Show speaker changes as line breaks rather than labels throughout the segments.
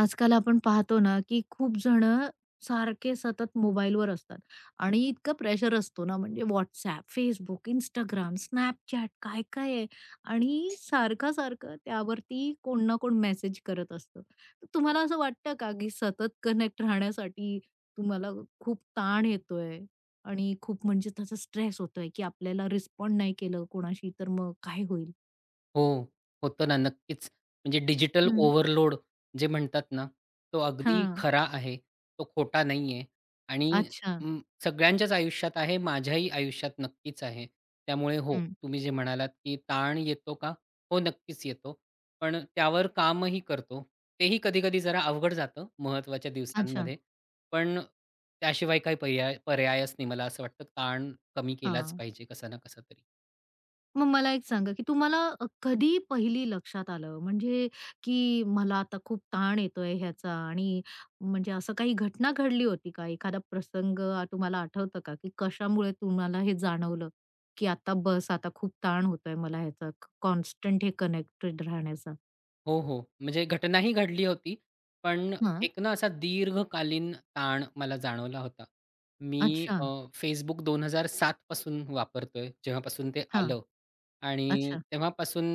आजकाल आपण पाहतो ना, की खूप जण सारखे सतत मोबाईलवर असतात आणि इतकं प्रेशर असतो ना, म्हणजे WhatsApp, Facebook, इंस्टाग्राम, Snapchat काय-काय आहे आणि सारखं-सारखं त्यावरती कोण ना कोण मेसेज करत असतं. तर तुम्हाला असं वाटतं का, की सतत कनेक्ट राहण्यासाठी तुम्हाला खूप ताण येतोय आणि खूप म्हणजे त्याचा स्ट्रेस होतोय, की आपल्याला रिस्पॉन्ड नाही केलं कोणाशी तर मग काय होईल?
हो, होतं ना, नक्कीच. म्हणजे डिजिटल
हं.
ओव्हरलोड जे म्हणतात ना, तो अगदी
हां.
खरा आहे. तो खोटा नाही आहे आणि
अच्छा.
अं, सगळ्यांच्याच आयुष्यात आहे. माझ्याही आयुष्यात नक्कीच आहे. त्यामुळे हो,
हं.
तुम्ही जे म्हणालात, की ताण येतो का? हो, नक्कीच येतो. पण त्यावर कामही करतो. तेही कधी-कधी जरा अवघड जातं महत्त्वाच्या
अच्छा.
दिवसांमध्ये. पण त्याशिवाय काही पर्यायच नाही. मला असं वाटतं ताण कमी केलाच
हां.
पाहिजे कसा ना कसा तरी.
मग मला एक सांगा, की तुम्हाला कधी पहिली लक्षात आलं, म्हणजे की मला आता खूप ताण येतोय ह्याचा आणि म्हणजे असं काही घटना घडली होती का? एखादा प्रसंग तुम्हाला आठवतं का, की कशामुळे तुम्हाला हे जाणवलं, की आता बस आता खूप ताण होतोय मला ह्याचा कॉन्स्टंट हे कनेक्टेड राहण्याचा?
हो, हो. म्हणजे घटना ही घडली होती. पण
हां.
एक ना असा दीर्घकालीन ताण मला जाणवला होता. मी
अच्छा.
अ, Facebook 2007 पासून वापरतोय, जेव्हापासून ते
हां.
आलं आणि
अच्छा.
तेव्हापासून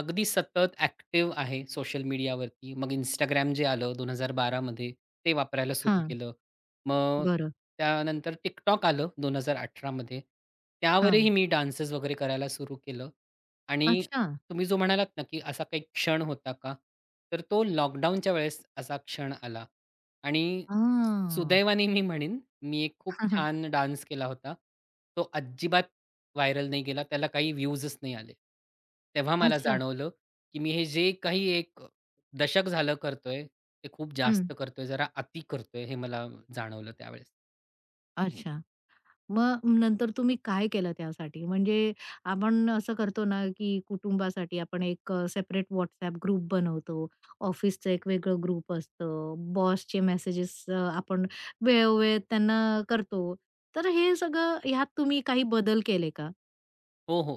अगदी सतत ॲक्टिव्ह आहे सोशल मीडियावरती. मग इंस्टाग्राम जे आलं 2012 मध्ये ते वापरायला सुरू
हां.
केलं. मग
बरं.
त्यानंतर TikTok आलं 2018 मध्ये.
हां.
त्यावरही मी डान्सेस वगैरे करायला सुरू केलं आणि
अच्छा.
तुम्ही जो म्हणालात ना, की असा काही क्षण होता का? तर तो लॉकडाऊनच्या वेळेस असा क्षण आला आणि
हां.
सुदैवाने मी म्हणेन, मी एक खूप छान डान्स केला होता. तो अजिबात व्हायरल नाही गेला. त्याला काही व्ह्यूजच नाही आले. तेव्हा मला
अच्छा.
जाणवलं, की मी हे जे काही एक दशक झालं करतोय, ते खूप
हं.
जास्त करतोय, जरा अति करतोय हे मला जाणवलं त्यावेळेस.
अच्छा. मग नंतर तुम्ही काय केलं त्यासाठी? म्हणजे आपण असं करतो ना, की कुटुंबासाठी आपण एक सेपरेट WhatsApp ग्रुप बनवतो. ऑफिसचं एक वेगळं ग्रुप असतं. बॉसचे मेसेजेस आपण वेळोवेळ त्यांना करतो. तर हे सगळं ह्यात तुम्ही काही बदल केले का?
हो, हो.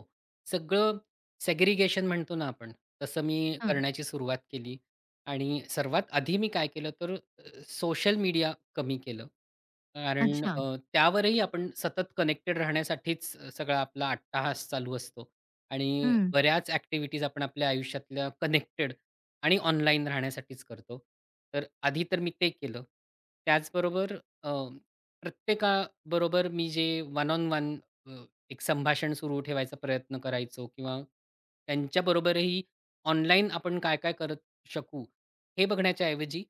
सगळं सेग्रीगेशन म्हणतो ना आपण, तसं मी
हां.
करण्याची सुरुवात केली आणि सर्वात आधी मी काय केलं तर सोशल मीडिया कमी केलं. कारण
अच्छा.
त्यावरही आपण सतत कनेक्टेड राहण्यासाठीच सगळा आपला अट्टाहास चालू असतो आणि
हं,
बऱ्याच ॲक्टिव्हिटीज आपण आपल्या आयुष्यातल्या कनेक्टेड आणि ऑनलाईन राहण्यासाठीच करतो. तर आधी तर मी ते केलं. त्याचबरोबर अ, प्रत्येकाबरोबर मी जे वन ऑन वन एक संभाषण सुरू ठेवायचा प्रयत्न करायचो किंवा त्यांच्याबरोबरही ऑनलाईन आपण काय काय करत शकू हे बघण्याच्या ऐवजी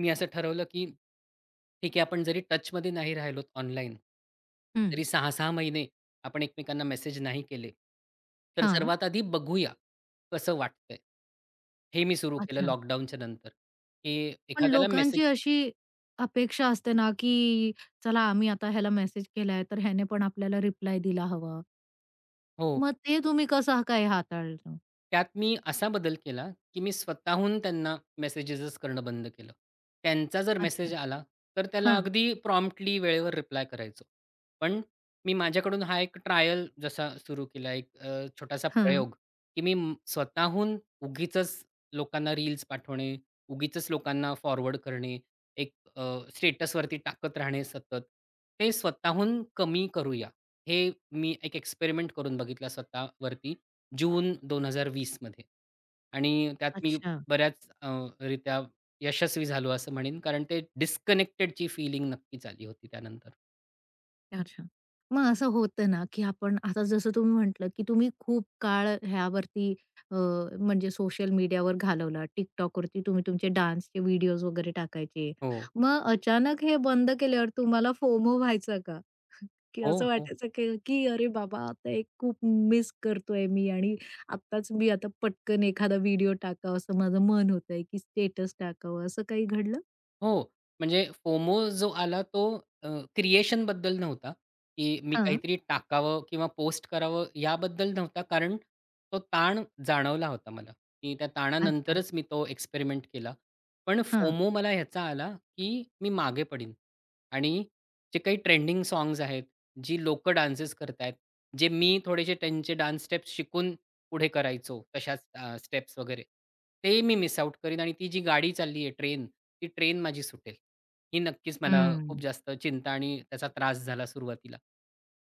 मी असं ठरवलं की ठीक आहे आपण जरी टचमध्ये नाही राहिलोत ऑनलाईन
हं.
जरी सहा सहा महिने आपण एकमेकांना मेसेज नाही केले तर
हां.
सर्वात आधी बघूया कसं वाटतंय हे मी सुरू केलं
अच्छा.
लॉकडाऊनच्या नंतर की
पण
एखाद्याला मेसेज
लोकांची अशी अपेक्षा असते ना, की चला आम्ही आता ह्याला मेसेज केलाय, तर ह्याने पण आपल्याला रिप्लाय दिला हवा
हो.
मग ते तुम्ही कसं काय हाताळलं?
त्यात मी असा बदल केला, की मी स्वतःहून त्यांना मेसेजेसच करणं बंद केलं. त्यांचा जर
अच्छा.
मेसेज आला, तर त्याला
हां,
अगदी प्रॉम्प्टली वेळेवर रिप्लाय करायचो. पण मी माझ्याकडून हा एक ट्रायल जसा सुरू केला, एक छोटासा
हां.
प्रयोग, की मी स्वतःहून उगीचच लोकांना रील्स पाठवणे, उगीचच लोकांना फॉरवर्ड करणे, एक स्टेटसवरती टाकत राहणे सतत, ते स्वतःहून कमी करूया. हे मी एक एक्सपेरिमेंट करून बघितला स्वतःवरती जून 2020 मध्ये आणि त्यात मी
अच्छा,
बऱ्याच रित्या यशस्वी झालो असं म्हणेन, कारण ते डिस्कनेक्टेडची फीलिंग नक्कीच आली होती त्यानंतर.
अच्छा. मग असं होतं ना, की आपण आता जसं तुम्ही म्हटलं, की तुम्ही खूप काळ ह्यावरती अ, म्हणजे सोशल मीडियावर घालवला. TikTokवरती तुम्ही तुमचे डान्सचे व्हिडिओज वगैरे टाकायचे.
हो.
मग अचानक हे बंद केल्यावर तुम्हाला फोमो व्हायचा का? की
हो,
असं
हो.
वाटायचं की की "अरे बाबा, आता एक खूप मिस करतोय मी आणि आत्ताच मी आता पटकन एखादा व्हिडिओ टाकावा असं माझं मन होतंय, की स्टेटस टाकावं." असं काही घडलं?
हो, म्हणजे फोमो जो आला तो अ, बद्दल नव्हता, की मी
हां.
काहीतरी टाकावं किंवा पोस्ट करावं याबद्दल नव्हता. कारण तो ताण जाणवला होता मला, की त्या
अच्छा.
ताणानंतरच मी तो एक्सपेरिमेंट केला. पण
हां.
फोमो मला ह्याचा आला, की मी मागे पडीन आणि जे काही ट्रेंडिंग साँग्स आहेत, जी लोकं डान्सेस करतायत, जे मी थोडेसे त्यांचे डान्स स्टेप्स शिकून पुढे करायचो तशाच स्टेप्स वगैरे, ते मी मिस आऊट करीन आणि ती जी गाडी चालली आहे ट्रेन, ती ट्रेन माझी सुटेल. ही नक्कीच मला खूप
हं.
जास्त चिंता आणि त्याचा त्रास झाला सुरुवातीला.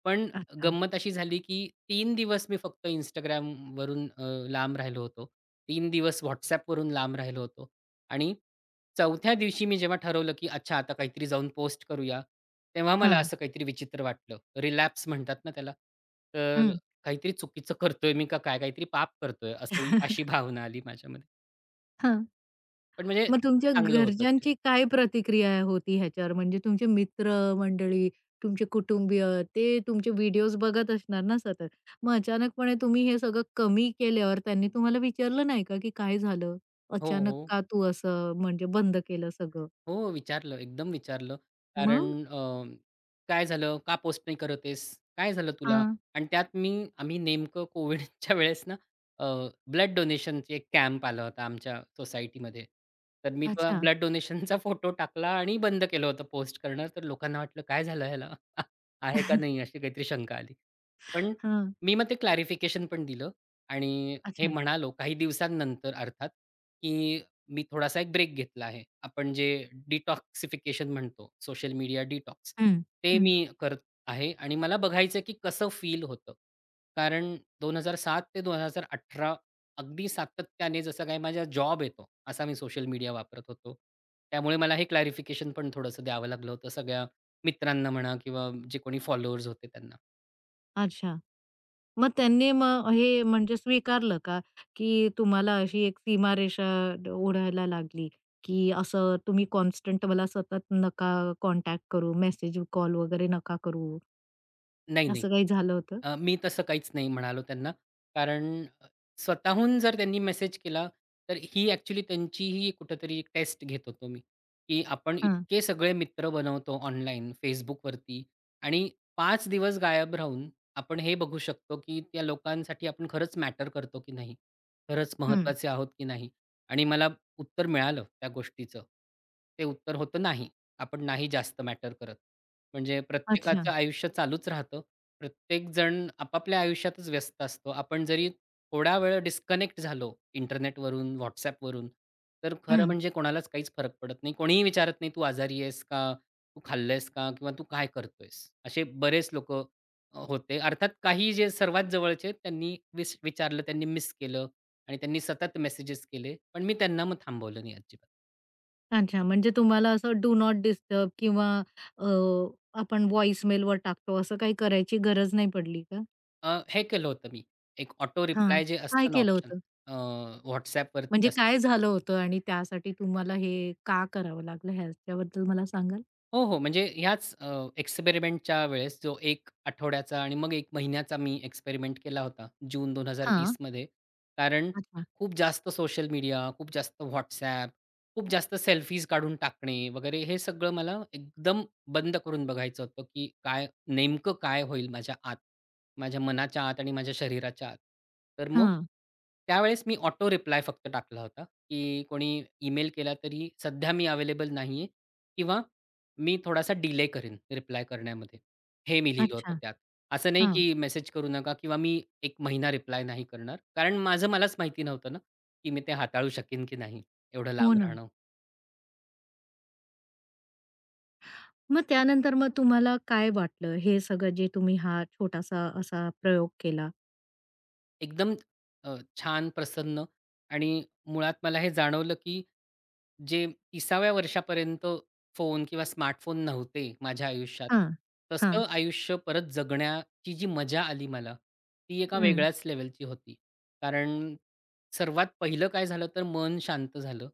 पण
अच्छा.
गंमत अशी झाली, की 3 दिवस मी फक्त Instagramवरून लांब राहिलो होतो. 3 दिवस WhatsAppवरून लांब राहिलो होतो आणि 4थ्या दिवशी मी जेव्हा ठरवलं, की अच्छा आता काहीतरी जाऊन पोस्ट करूया, तेव्हा मला
हां.
असं काहीतरी विचित्र वाटलं. रिलॅप्स म्हणतात ना त्याला. तर
हं.
काहीतरी चुकीचं करतोय मी का काय? काहीतरी पाप करतोय असं अशी भावना आली माझ्यामध्ये.
हां.
पण म्हणजे
मग तुमच्या
चांगलं होतं ते.
घरच्यांची काय प्रतिक्रिया होती ह्याच्यावर? म्हणजे तुमचे मित्र-मंडळी, तुमचे कुटुंबीय, ते तुमचे व्हिडिओज बघत असणार ना सतत. मग अचानकपणे तुम्ही हे सगळं कमी केल्यावर त्यांनी तुम्हाला विचारलं नाही का, की काय झालं?
हो,
अचानक
हो.
का तू असं म्हणजे बंद केलं सगळं?
हो, हो. विचारलं, एकदम विचारलं. कारण
मग?
काय झालं? का पोस्ट नाही करत आहेस? काय झालं तुला?
हां.
आणि त्यात मी आम्ही नेमकं कोविडच्या वेळेस ना अ, ब्लड डोनेशनचा एक कॅम्प आला होता आमच्या सोसायटीमध्ये. तर मी तो
अच्छा.
ब्लड डोनेशनचा फोटो टाकला आणि बंद केलं होतं पोस्ट करणं. तर लोकांना वाटलं, "काय झालं ह्याला? आहे का नाही?" अशी काहीतरी शंका आली. पण
हां.
मी मग ते क्लॅरिफिकेशन पण दिलं आणि हे
अच्छा.
म्हणालो काही दिवसांनंतर अर्थात, की मी थोडासा एक ब्रेक घेतला आहे. आपण जे डिटॉक्सिफिकेशन म्हणतो, सोशल मीडिया डिटॉक्स,
हं.
ते
हं.
मी करत आहे आणि मला बघायचं की कसं फील होतं. कारण 2007 ते 2018 अगदी सातत्याने जसा काही माझा जॉब येतो, असा मी सोशल मीडिया वापरत होतो. त्यामुळे मला हे क्लॅरिफिकेशन पण थोडंसं द्यावं लागलं होतं सगळ्या मित्रांना म्हणा किंवा जे कोणी फॉलोअर्स होते त्यांना.
अच्छा. मग त्यांनी मग हे म्हणजे स्वीकारलं का, की तुम्हाला अशी एक सीमारेषा ओढायला लागली, की असं तुम्ही कॉन्स्टंट मला सतत नका कॉन्टॅक्ट करू, मेसेज, कॉल वगैरे नका करू,
नाही, नाही.
असं काही झालं होतं?
मी तसं काहीच नाही म्हणालो त्यांना. कारण स्वतःहून जर त्यांनी मेसेज केला, तर ही ॲक्चुअली त्यांचीही कुठेतरी टेस्ट घेत होतो मी, की आपण
हं,
इतके सगळे मित्र बनवतो ऑनलाईन Facebookवरती आणि 5 दिवस गायब राहून आपण हे बघू शकतो, की त्या लोकांसाठी आपण खरंच मॅटर करतो की नाही? खरंच
हं.
महत्त्वाचे आहोत की नाही? आणि मला उत्तर मिळालं त्या गोष्टीचं. ते उत्तर होतं नाही. आपण नाही जास्त मॅटर करत. म्हणजे
अच्छा.
प्रत्येकाचं आयुष्य चालूच राहतं. प्रत्येकजण आपापल्या आयुष्यातच व्यस्त असतो. आपण जरी थोडा वेळ डिस्कनेक्ट झालो इंटरनेटवरून, WhatsAppवरून, तर खरं
हं.
म्हणजे कोणालाच काहीच फरक पडत नाही. कोणीही विचारत नाही, "तू आजारी आहेस का? तू खाल्लंयस का? किंवा तू काय करतोयस?" असे बरेच लोकं होते. अर्थात काही जे सर्वात जवळचे त्यांनी विचारलं, त्यांनी मिस केलं आणि त्यांनी सतत मेसेजेस केले. पण मी त्यांना मग थांबवलं नाही अजिबात.
अच्छा. म्हणजे तुम्हाला असं डू नॉट डिस्टर्ब किंवा अ, आपण व्हॉइस मेलवर टाकतो असं काही करायची गरज नाही पडली का?
हे केलं होतं मी. एक ऑटो
हां.
रिप्लाय जे
काय
असतं ना
केलं
ऑप्शन
होतं?
अ, WhatsAppवरती
म्हणजे काय
असतं.
झालं होतं आणि त्यासाठी तुम्हाला हे का करावं लागलं ह्याच्याबद्दल मला सांगा?
हो, हो. म्हणजे ह्याच एक्सपेरिमेंटच्या वेळेस जो एक आठवड्याचा आणि मग एक महिन्याचा मी एक्सपेरिमेंट केला होता जून दोन हजार
हां.
वीसमध्ये. कारण
अच्छा.
खूप जास्त सोशल मीडिया, खूप जास्त WhatsApp, खूप जास्त सेल्फीज काढून टाकणे वगैरे हे सगळं मला एकदम बंद करून बघायचं होतं, की काय नेमकं काय होईल माझ्या आत, माझ्या मनाच्या आत आणि माझ्या शरीराच्या आत. तर मग
हां.
त्यावेळेस मी ऑटो रिप्लाय फक्त टाकला होता, की कोणी ईमेल केला तरी सध्या मी अवेलेबल नाहीये किंवा मी थोडासा डिले करेन रिप्लाय करण्यामध्ये. हे मी लिहिलं
अच्छा.
होतं त्यात. असं नाही
हां.
की मेसेज करू नका किंवा मी एक महिना रिप्लाय नाही करणार. कारण माझं मलाच माहिती नव्हतं ना, की मी ते हाताळू शकेन की नाही एवढं
हो
लांब
ना.
राहणं.
मग त्यानंतर मग तुम्हाला काय वाटलं? हे सगळं जे तुम्ही हा छोटासा असा प्रयोग केला?
एकदम अ, छान, प्रसन्न आणि मुळात मला हे जाणवलं की जे 30व्या वर्षापर्यंत फोन किंवा स्मार्टफोन नव्हते माझ्या आयुष्यात,
हां. हां.
तसं आयुष्य परत जगण्याची जी मजा आली मला, ती एका
हं.
वेगळ्याच लेव्हलची होती. कारण सर्वात पहिलं काय झालं तर मन शांत झालं.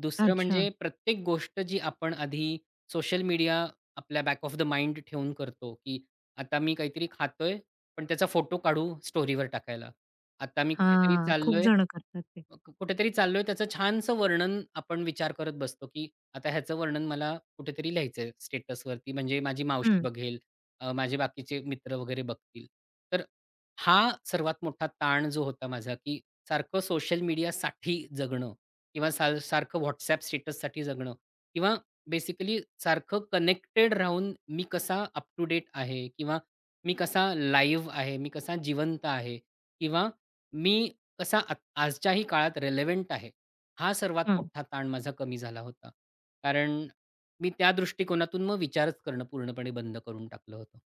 दुसरं
अच्छा.
म्हणजे प्रत्येक गोष्ट जी आपण आधी सोशल मीडिया आपल्या बॅक ऑफ द माइंड ठेवून करतो, की आता मी काहीतरी खातोय, पण त्याचा फोटो काढू स्टोरीवर टाकायला. आता मी कुठेतरी
हां. खूप
चाललोय
जण करतात ते.
अ, क कुठेतरी चाललोय त्याचं छानसं वर्णन आपण विचार करत बसतो, की आता ह्याचं वर्णन मला कुठेतरी लिहायचंय स्टेटसवरती म्हणजे माझी मावशी
हं.
बघेल, माझे बाकीचे मित्र वगैरे बघतील. तर हा सर्वात मोठा ताण जो होता माझा, की सारखं सोशल मीडियासाठी जगणं किंवा सारखं WhatsApp स्टेटससाठी जगणं किंवा बेसिकली सारखं कनेक्टेड राहून मी कसा अप टू डेट आहे किंवा मी कसा लाईव्ह आहे, मी कसा जिवंत आहे किंवा मी कसा आत आजच्याही काळात रिलेव्हंट आहे, हा सर्वात
हं.
मोठा ताण माझा कमी झाला होता. कारण मी त्या दृष्टिकोनातून मग विचारच करणं पूर्णपणे बंद करून टाकलं होतं.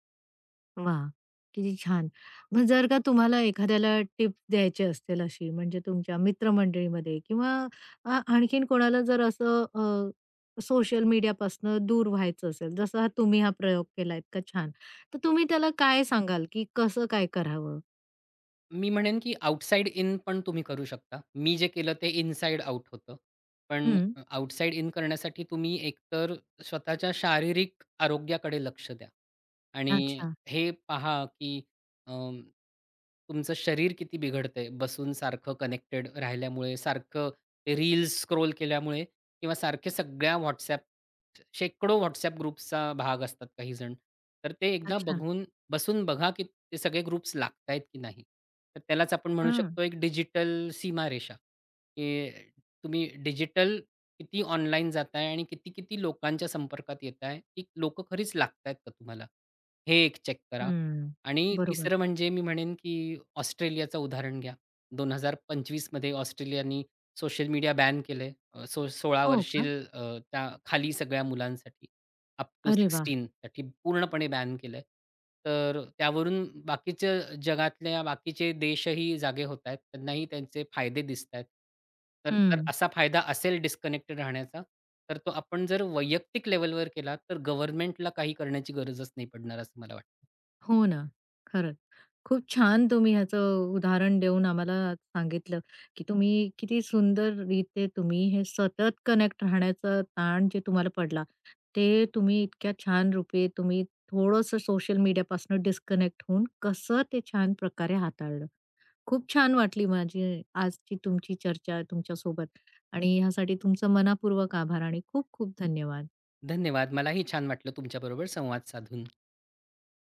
वाह! किती छान. मग जर का तुम्हाला एखाद्याला टिप्स द्यायची असतील अशी म्हणजे तुमच्या मित्रमंडळीमध्ये किंवा आणखीन कोणाला जर असं सोशल मीडियापासून दूर व्हायचं असेल, जसं हा तुम्ही हा प्रयोग केला इतका छान. तर तुम्ही त्याला काय सांगाल, की कसं काय करावं?
मी म्हणेन, की आउटसाइड इन पण तुम्ही करू शकता. मी जे केलं ते इनसाइड आउट होतं. पण
हं.
आउटसाइड इन करण्यासाठी तुम्ही एकतर स्वतःच्या शारीरिक आरोग्याकडे लक्ष द्या आणि
अच्छा,
हे पहा, की अं, तुमचं शरीर किती बिघडतंय बसून सारखं कनेक्टेड राहिल्यामुळे, सारखं ते रील्स स्क्रोल केल्यामुळे किंवा सारखे सगळ्या WhatsApp शेकडो WhatsApp ग्रुप्सचा भाग असतात काही जण. तर ते एकदा
अच्छा.
बघून बसून बघा, की ते सगळे ग्रुप्स लागतायत की नाही. तर त्यालाच आपण म्हणू
हं,
शकतो एक डिजिटल सीमारेषा, की तुम्ही डिजिटल किती ऑनलाईन जाताय आणि किती-किती लोकांच्या संपर्कात येताय, की लोक खरीच लागतायत का तुम्हाला? हे एक चेक करा.
हं.
आणि
बरोबर.
तिसरं म्हणजे मी म्हणेन, की ऑस्ट्रेलियाचं उदाहरण घ्या. 2025 मध्ये ऑस्ट्रेलियानी सोशल मीडिया बॅन केलंय. सो 16
हो
वर्षील
का?
त्या खाली सगळ्या मुलांसाठी. अप टू
अरे वाह!
16 साठी पूर्णपणे बॅन केलंय. तर त्यावरून बाकीच्या जगातल्या बाकीचे देशही जागे होतायत. त्यांनाही त्यांचे फायदे दिसतायत. तर जर
हं.
असा फायदा असेल डिस्कनेक्टेड राहण्याचा, तर तो आपण जर वैयक्तिक लेव्हलवर केला, तर गव्हर्नमेंटला काही करण्याची गरजच नाही पडणार असं मला वाटतं.
हो ना. खरंच. खूप छान तुम्ही ह्याचं उदाहरण देऊन आम्हाला सांगितलं, की तुम्ही किती सुंदर रीते तुम्ही हे सतत कनेक्ट राहण्याचा ताण जे तुम्हाला पडला, ते तुम्ही इतक्या छान रूपे तुम्ही थोडंसं सोशल मीडियापासून डिस्कनेक्ट होऊन कसं ते छान प्रकारे हाताळलं. खूप छान वाटली माझी आजची तुमची चर्चा तुमच्यासोबत आणि ह्यासाठी तुमचं मनःपूर्वक आभार आणि खूप खूप धन्यवाद.
धन्यवाद. मलाही छान वाटलं तुमच्याबरोबर संवाद साधून.